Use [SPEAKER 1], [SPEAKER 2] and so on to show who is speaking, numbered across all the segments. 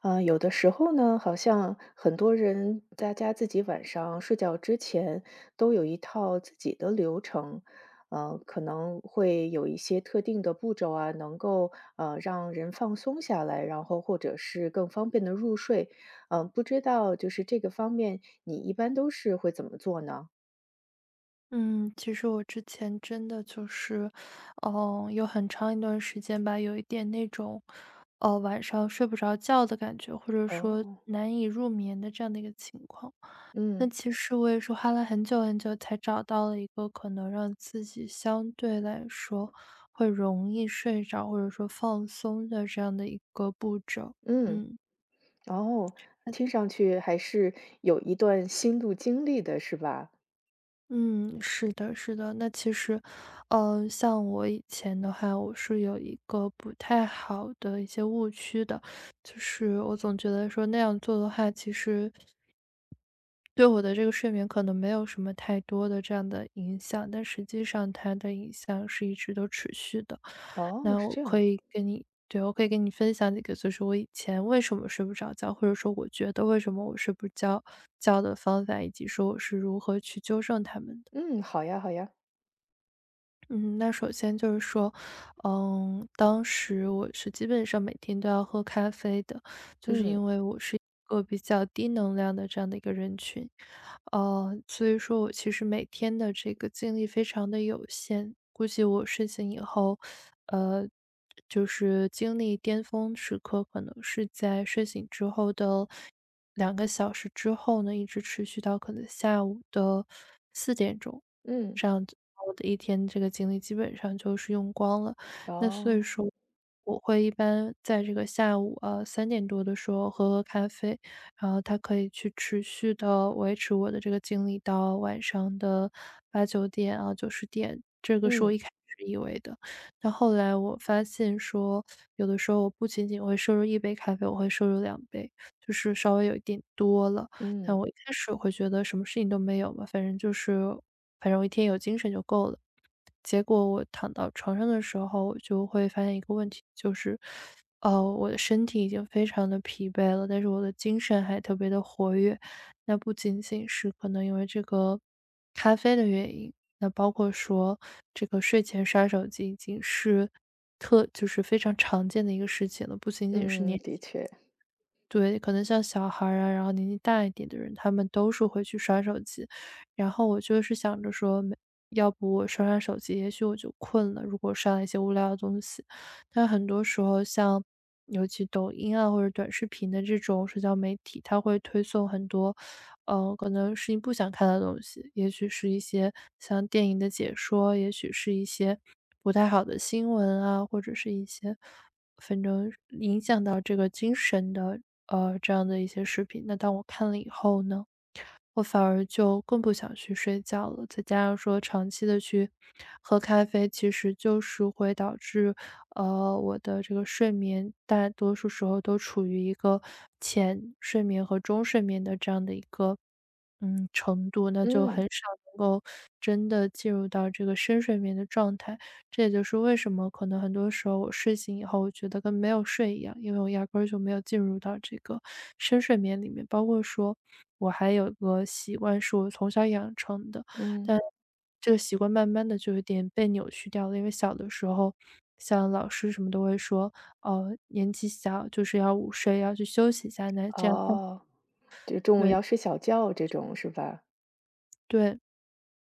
[SPEAKER 1] 啊，有的时候呢，好像很多人大家自己晚上睡觉之前都有一套自己的流程，可能会有一些特定的步骤啊，能够让人放松下来，然后或者是更方便的入睡。不知道就是这个方面，你一般都是会怎么做呢？
[SPEAKER 2] 嗯，其实我之前真的就是，有很长一段时间吧，有一点那种，晚上睡不着觉的感觉，或者说
[SPEAKER 1] 哦。
[SPEAKER 2] 难以入眠的这样的一个情况。那
[SPEAKER 1] 嗯
[SPEAKER 2] 其实我也是花了很久很久才找到了一个可能让自己相对来说会容易睡着，或者说放松的这样的一个步骤。
[SPEAKER 1] 嗯。
[SPEAKER 2] 嗯。
[SPEAKER 1] 哦，听上去还是有一段心路经历的，是吧？
[SPEAKER 2] 嗯，是的，是的。那其实，像我以前的话，我是有一个不太好的一些误区的，就是我总觉得说那样做的话，其实对我的这个睡眠可能没有什么太多的这样的影响，但实际上它的影响是一直都持续的。
[SPEAKER 1] 哦，
[SPEAKER 2] 那
[SPEAKER 1] 是
[SPEAKER 2] 我
[SPEAKER 1] 这
[SPEAKER 2] 可
[SPEAKER 1] 样。
[SPEAKER 2] 以跟你，对，我可以跟你分享几个，就是我以前为什么睡不着觉，或者说我觉得为什么我睡不着觉的方法，以及说我是如何去纠正他们的。
[SPEAKER 1] 嗯，好呀，好呀。
[SPEAKER 2] 嗯，那首先就是说，当时我是基本上每天都要喝咖啡的，就是
[SPEAKER 1] 嗯。
[SPEAKER 2] 因为我是一个比较低能量的这样的一个人群，所以说我其实每天的这个精力非常的有限，估计我睡醒以后，呃，就是精力巅峰时刻可能是在睡醒之后的两个小时之后呢，一直持续到可能下午的四点钟。
[SPEAKER 1] 嗯。
[SPEAKER 2] 这样子，我的一天这个精力基本上就是用光了。那所
[SPEAKER 1] 哦。
[SPEAKER 2] 以说，我会一般在这个下午啊3点多的时候喝喝咖啡，然后它可以去持续的维持我的这个精力到晚上的八九点啊九十点，这个是我一
[SPEAKER 1] 嗯。
[SPEAKER 2] 开始以为的。但后来我发现说，有的时候我不仅仅会摄入一杯咖啡，我会摄入两杯，就是稍微有一点多了。但
[SPEAKER 1] 嗯。
[SPEAKER 2] 我一开始会觉得什么事情都没有嘛，反正我一天有精神就够了。结果我躺到床上的时候，我就会发现一个问题，就是，我的身体已经非常的疲惫了，但是我的精神还特别的活跃。那不仅仅是可能因为这个咖啡的原因，那包括说这个睡前刷手机已经是就是非常常见的一个事情了，不仅仅是
[SPEAKER 1] 嗯，
[SPEAKER 2] 年。
[SPEAKER 1] 的确。
[SPEAKER 2] 对，可能像小孩儿啊，然后年纪大一点的人，他们都是会去刷手机。然后我就是想着说，没要不我刷刷手机，也许我就困了。如果刷了一些无聊的东西，但很多时候像尤其抖音啊或者短视频的这种社交媒体，它会推送很多，可能是你不想看的东西，也许是一些像电影的解说，也许是一些不太好的新闻啊，或者是一些。反正影响到这个精神的，这样的一些视频。那当我看了以后呢，我反而就更不想去睡觉了。再加上说长期的去喝咖啡，其实就是会导致，我的这个睡眠大多数时候都处于一个浅睡眠和中睡眠的这样的一个，程度，那就很
[SPEAKER 1] 嗯。
[SPEAKER 2] 少能够真的进入到这个深睡眠的状态。这也就是为什么可能很多时候我睡醒以后，我觉得跟没有睡一样，因为我压根儿就没有进入到这个深睡眠里面。包括说，我还有个习惯是我从小养成的，
[SPEAKER 1] 嗯。
[SPEAKER 2] 但这个习惯慢慢的就有点被扭曲掉了。因为小的时候，像老师什么都会说，年纪小就是要午睡，要去休息一下，那这样才
[SPEAKER 1] 哦，就中午
[SPEAKER 2] 对
[SPEAKER 1] 要睡小觉这种是吧？
[SPEAKER 2] 对。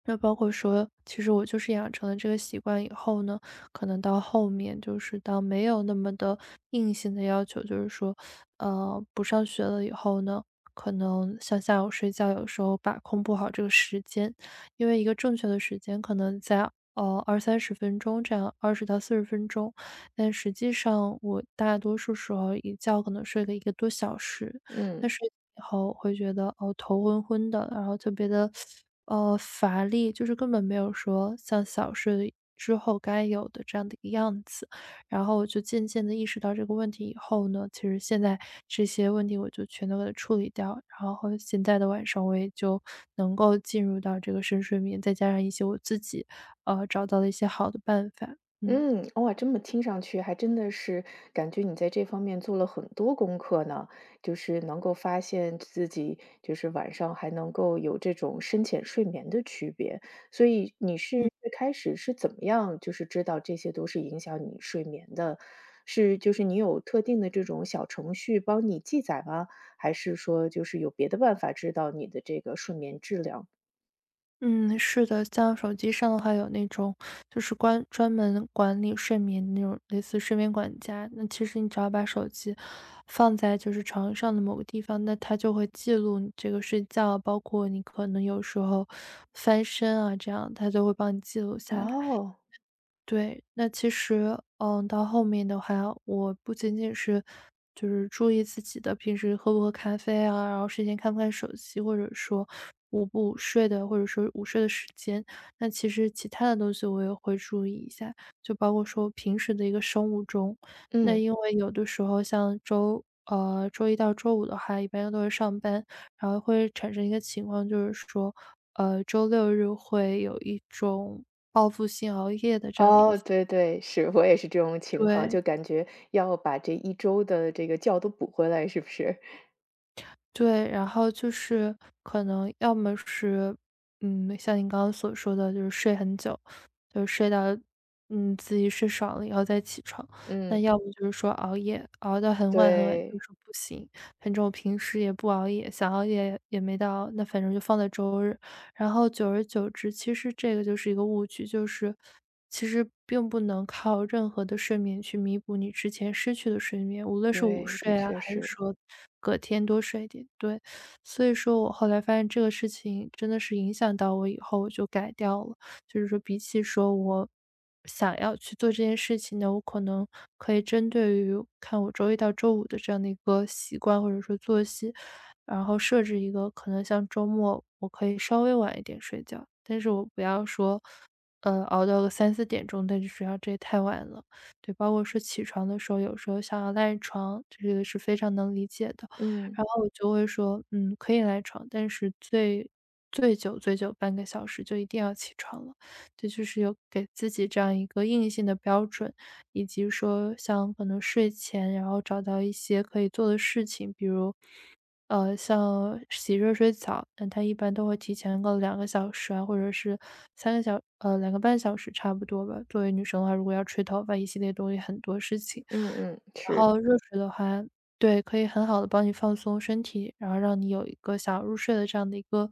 [SPEAKER 2] 那包括说，其实我就是养成了这个习惯以后呢，可能到后面就是当没有那么的硬性的要求，就是说，不上学了以后呢，可能像下午睡觉，有时候把控不好这个时间，因为一个正确的时间可能在二三十分钟这样，20到40分钟，但实际上我大多数时候一觉可能睡个1个多小时，但
[SPEAKER 1] 嗯。
[SPEAKER 2] 睡以后会觉得，哦，头昏昏的，然后特别的乏力，就是根本没有说像小睡之后该有的这样的一个样子。然后我就渐渐的意识到这个问题以后呢，其实现在这些问题我就全都给它处理掉，然后现在的晚上我也就能够进入到这个深睡眠，再加上一些我自己，找到的一些好的办法，嗯
[SPEAKER 1] 嗯，哇，这么听上去还真的是感觉你在这方面做了很多功课呢，就是能够发现自己就是晚上还能够有这种深浅睡眠的区别，所以你
[SPEAKER 2] 嗯。
[SPEAKER 1] 是最开始是怎么样就是知道这些都是影响你睡眠的？是就是你有特定的这种小程序帮你记载吗？还是说就是有别的办法知道你的这个睡眠质量？
[SPEAKER 2] 嗯，是的，像手机上的话有那种，就是关专门管理睡眠的那种类似睡眠管家。那其实你只要把手机放在就是床上的某个地方，那它就会记录你这个睡觉，包括你可能有时候翻身啊，这样它就会帮你记录下来。
[SPEAKER 1] 哦。
[SPEAKER 2] 对，那其实，嗯，到后面的话，我不仅仅是就是注意自己的平时喝不喝咖啡啊，然后睡前看不看手机，或者说午不午睡的，或者说午睡的时间。那其实其他的东西我也会注意一下，就包括说平时的一个生物钟。那
[SPEAKER 1] 嗯。
[SPEAKER 2] 因为有的时候像周一到周五的话，一般都会上班，然后会产生一个情况，就是说，周六日会有一种报复性熬夜的这样的一个
[SPEAKER 1] 哦，
[SPEAKER 2] 氛
[SPEAKER 1] 对对，是，我也是这种情况，
[SPEAKER 2] 对。
[SPEAKER 1] 就感觉要把这一周的这个觉都补回来，是不是？
[SPEAKER 2] 对，然后就是可能要么是，像您刚刚所说的，就是睡很久，就是睡到自己睡爽了以后再起床。那
[SPEAKER 1] 嗯，
[SPEAKER 2] 要么就是说熬夜，熬到很晚很晚，就是
[SPEAKER 1] 对。
[SPEAKER 2] 说不行。反正我平时也不熬夜，想熬夜也没到熬那反正就放在周日。然后久而久之，其实这个就是一个误区，就是。其实并不能靠任何的睡眠去弥补你之前失去的睡眠，无论是午
[SPEAKER 1] 对，的
[SPEAKER 2] 睡啊，
[SPEAKER 1] 确
[SPEAKER 2] 还是
[SPEAKER 1] 是。
[SPEAKER 2] 说隔天多睡一点，对。所以说我后来发现这个事情真的是影响到我以后，我就改掉了。就是说比起说我想要去做这件事情呢，我可能可以针对于看我周一到周五的这样的一个习惯或者说作息，然后设置一个可能像周末我可以稍微晚一点睡觉，但是我不要说，熬到个3、4点钟再去睡觉，这也太晚了。对，包括说起床的时候，有时候想要赖床，这个是非常能理解的。
[SPEAKER 1] 嗯。
[SPEAKER 2] 然后我就会说，可以赖床，但是最最久最久半个小时就一定要起床了。这就是有给自己这样一个硬性的标准，以及说像可能睡前，然后找到一些可以做的事情，比如像洗热水澡，那它一般都会提前个两个小时啊，或者是三个小呃2个半小时差不多吧。作为女生的话，如果要吹头发，一系列东西很多事情。
[SPEAKER 1] 嗯嗯。
[SPEAKER 2] 然
[SPEAKER 1] 是。
[SPEAKER 2] 后热水的话对，可以很好的帮你放松身体，然后让你有一个想入睡的这样的一个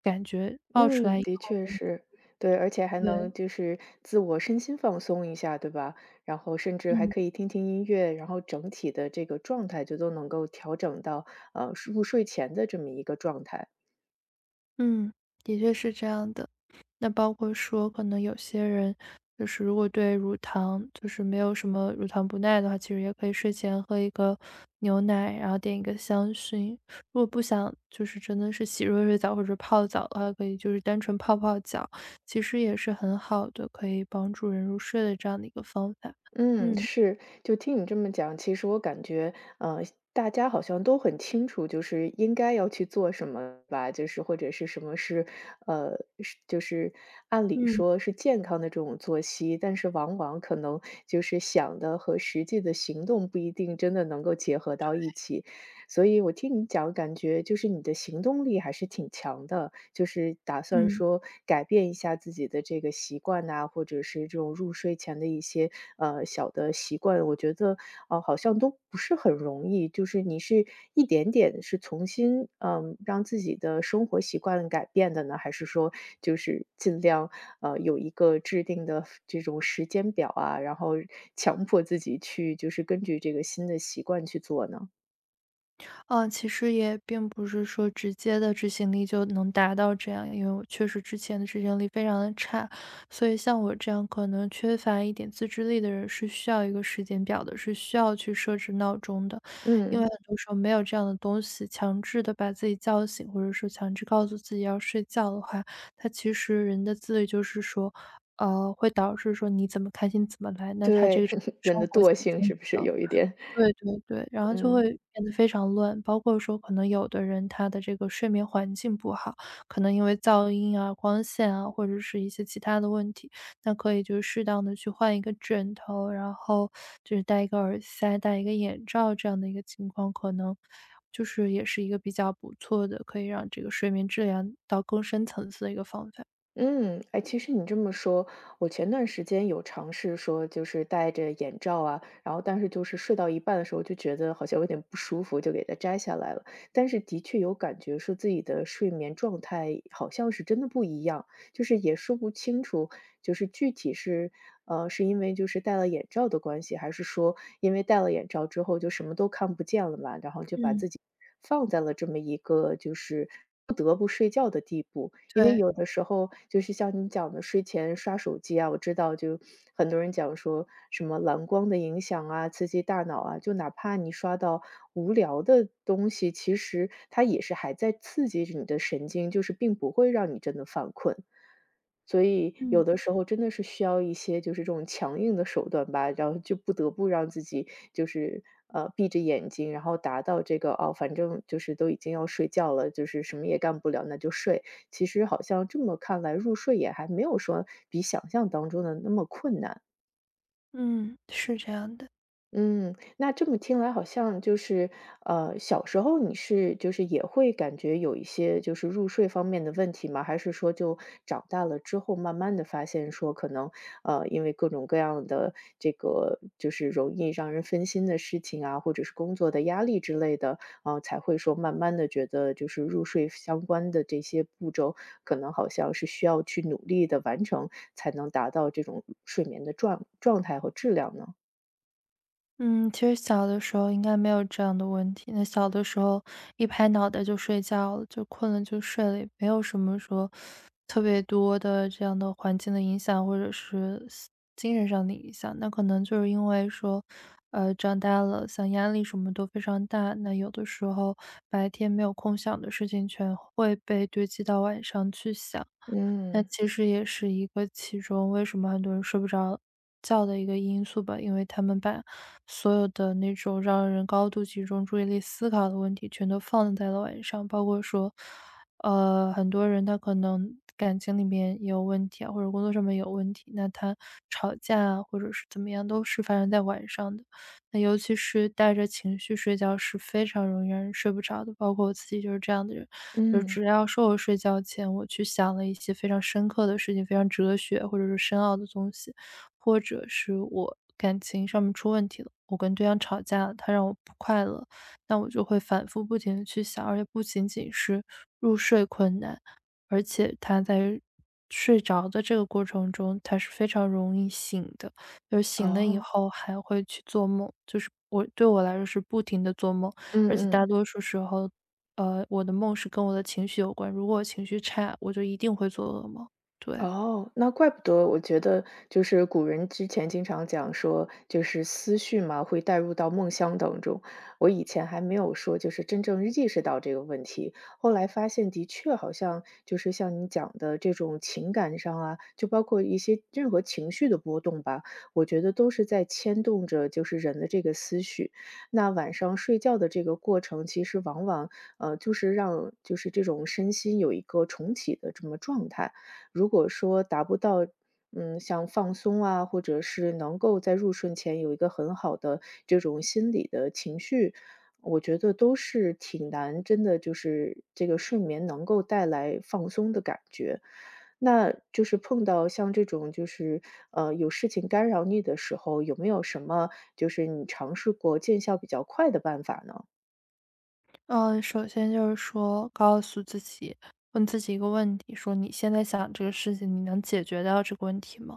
[SPEAKER 2] 感觉，爆出来
[SPEAKER 1] 嗯，
[SPEAKER 2] 以
[SPEAKER 1] 的确
[SPEAKER 2] 后呢
[SPEAKER 1] 是。对，而且还
[SPEAKER 2] 对，
[SPEAKER 1] 能就是自我身心放松一下，对吧？然后甚至还
[SPEAKER 2] 嗯。
[SPEAKER 1] 可以听听音乐，然后整体的这个状态就都能够调整到，入睡前的这么一个状态。
[SPEAKER 2] 嗯，的确是这样的。那包括说，可能有些人就是如果对乳糖就是没有什么乳糖不耐的话，其实也可以睡前喝一个牛奶，然后点一个香薰。如果不想就是真的是洗热水澡或者泡澡的话，可以就是单纯泡泡脚，其实也是很好的，可以帮助人入睡的这样的一个方法。
[SPEAKER 1] 嗯，
[SPEAKER 2] 嗯
[SPEAKER 1] 是。就听你这么讲，其实我感觉，大家好像都很清楚，就是应该要去做什么吧，就是或者是什么是，呃，是就是按理
[SPEAKER 2] 嗯
[SPEAKER 1] 说是健康的这种作息，但是往往可能就是想的和实际的行动不一定真的能够结合到一起。所以我听你讲，感觉就是你的行动力还是挺强的，就是打算
[SPEAKER 2] 嗯。
[SPEAKER 1] 说改变一下自己的这个习惯呐、或者是这种入睡前的一些小的习惯，我觉得好像都不是很容易。就是你是一点点是重新让自己的生活习惯改变的呢，还是说就是尽量有一个制定的这种时间表啊，然后强迫自己去就是根据这个新的习惯去做呢？
[SPEAKER 2] 嗯，其实也并不是说直接的执行力就能达到这样，因为我确实之前的执行力非常的差，所以像我这样可能缺乏一点自制力的人是需要一个时间表的，是需要去设置闹钟的，因为
[SPEAKER 1] 嗯。
[SPEAKER 2] 很多时候没有这样的东西，强制的把自己叫醒，或者说强制告诉自己要睡觉的话，他其实人的自律就是说，会导致说你怎么开心怎么来，那他这个
[SPEAKER 1] 对，人
[SPEAKER 2] 生
[SPEAKER 1] 的
[SPEAKER 2] 活节
[SPEAKER 1] 惰
[SPEAKER 2] 奏
[SPEAKER 1] 性是不是
[SPEAKER 2] 就
[SPEAKER 1] 有一点？
[SPEAKER 2] 对对对，然后就会
[SPEAKER 1] 嗯。
[SPEAKER 2] 变得非常乱，包括说可能有的人他的这个睡眠环境不好，可能因为噪音啊、光线啊，或者是一些其他的问题，那可以就是适当的去换一个枕头，然后就是戴一个耳塞、戴一个眼罩这样的一个情况，可能就是也是一个比较不错的，可以让这个睡眠质量到更深层次的一个方法。
[SPEAKER 1] 嗯。哎，其实你这么说，我前段时间有尝试说就是戴着眼罩啊，然后但是就是睡到一半的时候就觉得好像有点不舒服，就给它摘下来了。但是的确有感觉说自己的睡眠状态好像是真的不一样，就是也说不清楚，就是具体是，是因为就是戴了眼罩的关系，还是说因为戴了眼罩之后就什么都看不见了嘛，然后就把
[SPEAKER 2] 嗯，
[SPEAKER 1] 自己放在了这么一个就是不得不睡觉的地步。因为
[SPEAKER 2] 对，
[SPEAKER 1] 有的时候就是像你讲的睡前刷手机啊，我知道就很多人讲说什么蓝光的影响啊，刺激大脑啊，就哪怕你刷到无聊的东西，其实它也是还在刺激着你的神经，就是并不会让你真的犯困。所以
[SPEAKER 2] 嗯，
[SPEAKER 1] 有的时候真的是需要一些就是这种强硬的手段吧，然后就不得不让自己就是闭着眼睛，然后达到这个反正就是都已经要睡觉了，就是什么也干不了，那就睡。其实好像这么看来，入睡也还没有说比想象当中的那么困难。
[SPEAKER 2] 嗯，是这样的。
[SPEAKER 1] 嗯，那这么听来好像就是，小时候你是就是也会感觉有一些就是入睡方面的问题吗？还是说就长大了之后慢慢的发现说可能，因为各种各样的这个就是容易让人分心的事情啊，或者是工作的压力之类的，才会说慢慢的觉得就是入睡相关的这些步骤，可能好像是需要去努力的完成，才能达到这种睡眠的状态和质量呢？
[SPEAKER 2] 嗯，其实小的时候应该没有这样的问题。那小的时候一拍脑袋就睡觉了，就困了就睡了，也没有什么说特别多的这样的环境的影响，或者是精神上的影响。那可能就是因为说，长大了，像压力什么都非常大，那有的时候白天没有空想的事情，全会被堆积到晚上去想。那
[SPEAKER 1] 嗯。
[SPEAKER 2] 其实也是一个其中为什么很多人睡不着觉的一个因素吧，因为他们把所有的那种让人高度集中注意力思考的问题全都放在了晚上，包括说，很多人他可能感情里面也有问题啊，或者工作上面有问题，那他吵架啊，或者是怎么样，都是发生在晚上的。那尤其是带着情绪睡觉是非常容易让人睡不着的，包括我自己就是这样的人。就只
[SPEAKER 1] 嗯。
[SPEAKER 2] 要说我睡觉前我去想了一些非常深刻的事情，非常哲学或者是深奥的东西，或者是我感情上面出问题了，我跟对象吵架了，他让我不快乐，那我就会反复不停的去想，而且不仅仅是入睡困难，而且他在睡着的这个过程中，他是非常容易醒的，就是醒了以
[SPEAKER 1] 哦。
[SPEAKER 2] 后还会去做梦，就是我来说是不停的做梦。
[SPEAKER 1] 嗯
[SPEAKER 2] 而且大
[SPEAKER 1] 嗯。
[SPEAKER 2] 多数时候，我的梦是跟我的情绪有关。如果我情绪差，我就一定会做噩梦。对，
[SPEAKER 1] 哦，那怪不得我觉得就是古人之前经常讲说，就是思绪嘛会带入到梦乡当中。我以前还没有说就是真正意识到这个问题，后来发现的确好像就是像你讲的这种情感上啊，就包括一些任何情绪的波动吧，我觉得都是在牵动着就是人的这个思绪。那晚上睡觉的这个过程，其实往往就是让就是这种身心有一个重启的这么状态。如果说达不到，像放松啊，或者是能够在入睡前有一个很好的这种心理的情绪，我觉得都是挺难，真的就是这个睡眠能够带来放松的感觉。那就是碰到像这种就是有事情干扰你的时候，有没有什么就是你尝试过见效比较快的办法呢？
[SPEAKER 2] 嗯，首先就是说，告诉自己，问自己一个问题：说你现在想这个事情，你能解决掉这个问题吗？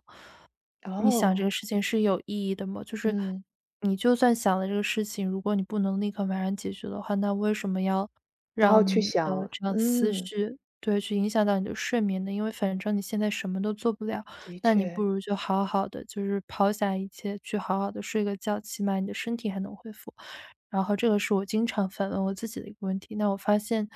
[SPEAKER 2] 你想这
[SPEAKER 1] 哦。
[SPEAKER 2] 个事情是有意义的吗？就是
[SPEAKER 1] 嗯。
[SPEAKER 2] 你就算想了这个事情，如果你不能立刻马上解决的话，那为什么要
[SPEAKER 1] 然后
[SPEAKER 2] 让
[SPEAKER 1] 去
[SPEAKER 2] 你的
[SPEAKER 1] 想。
[SPEAKER 2] 这样思
[SPEAKER 1] 嗯，
[SPEAKER 2] 绪对去影响到你的睡眠呢？因为反正你现在什么都做不了，
[SPEAKER 1] 的
[SPEAKER 2] 那你不
[SPEAKER 1] 确。
[SPEAKER 2] 如就好好的，就是抛下一切，去好好的睡个觉，起码你的身体还能恢复。然后这个是我经常反问我自己的一个问题。那我发现。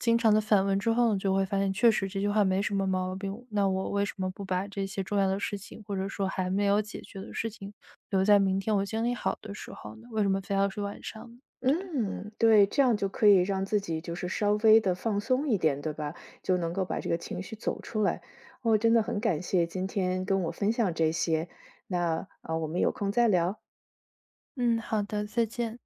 [SPEAKER 2] 经常的反问之后呢，就会发现确实这句话没什么毛病，那我为什么不把这些重要的事情，或者说还没有解决的事情，留在明天我精力好的时候呢？为什么非要是晚上呢对吧？
[SPEAKER 1] 嗯，对，这样就可以让自己就是稍微的放松一点，对吧？就能够把这个情绪走出来。哦，真的很感谢今天跟我分享这些，那，我们有空再聊。
[SPEAKER 2] 嗯，好的，再见。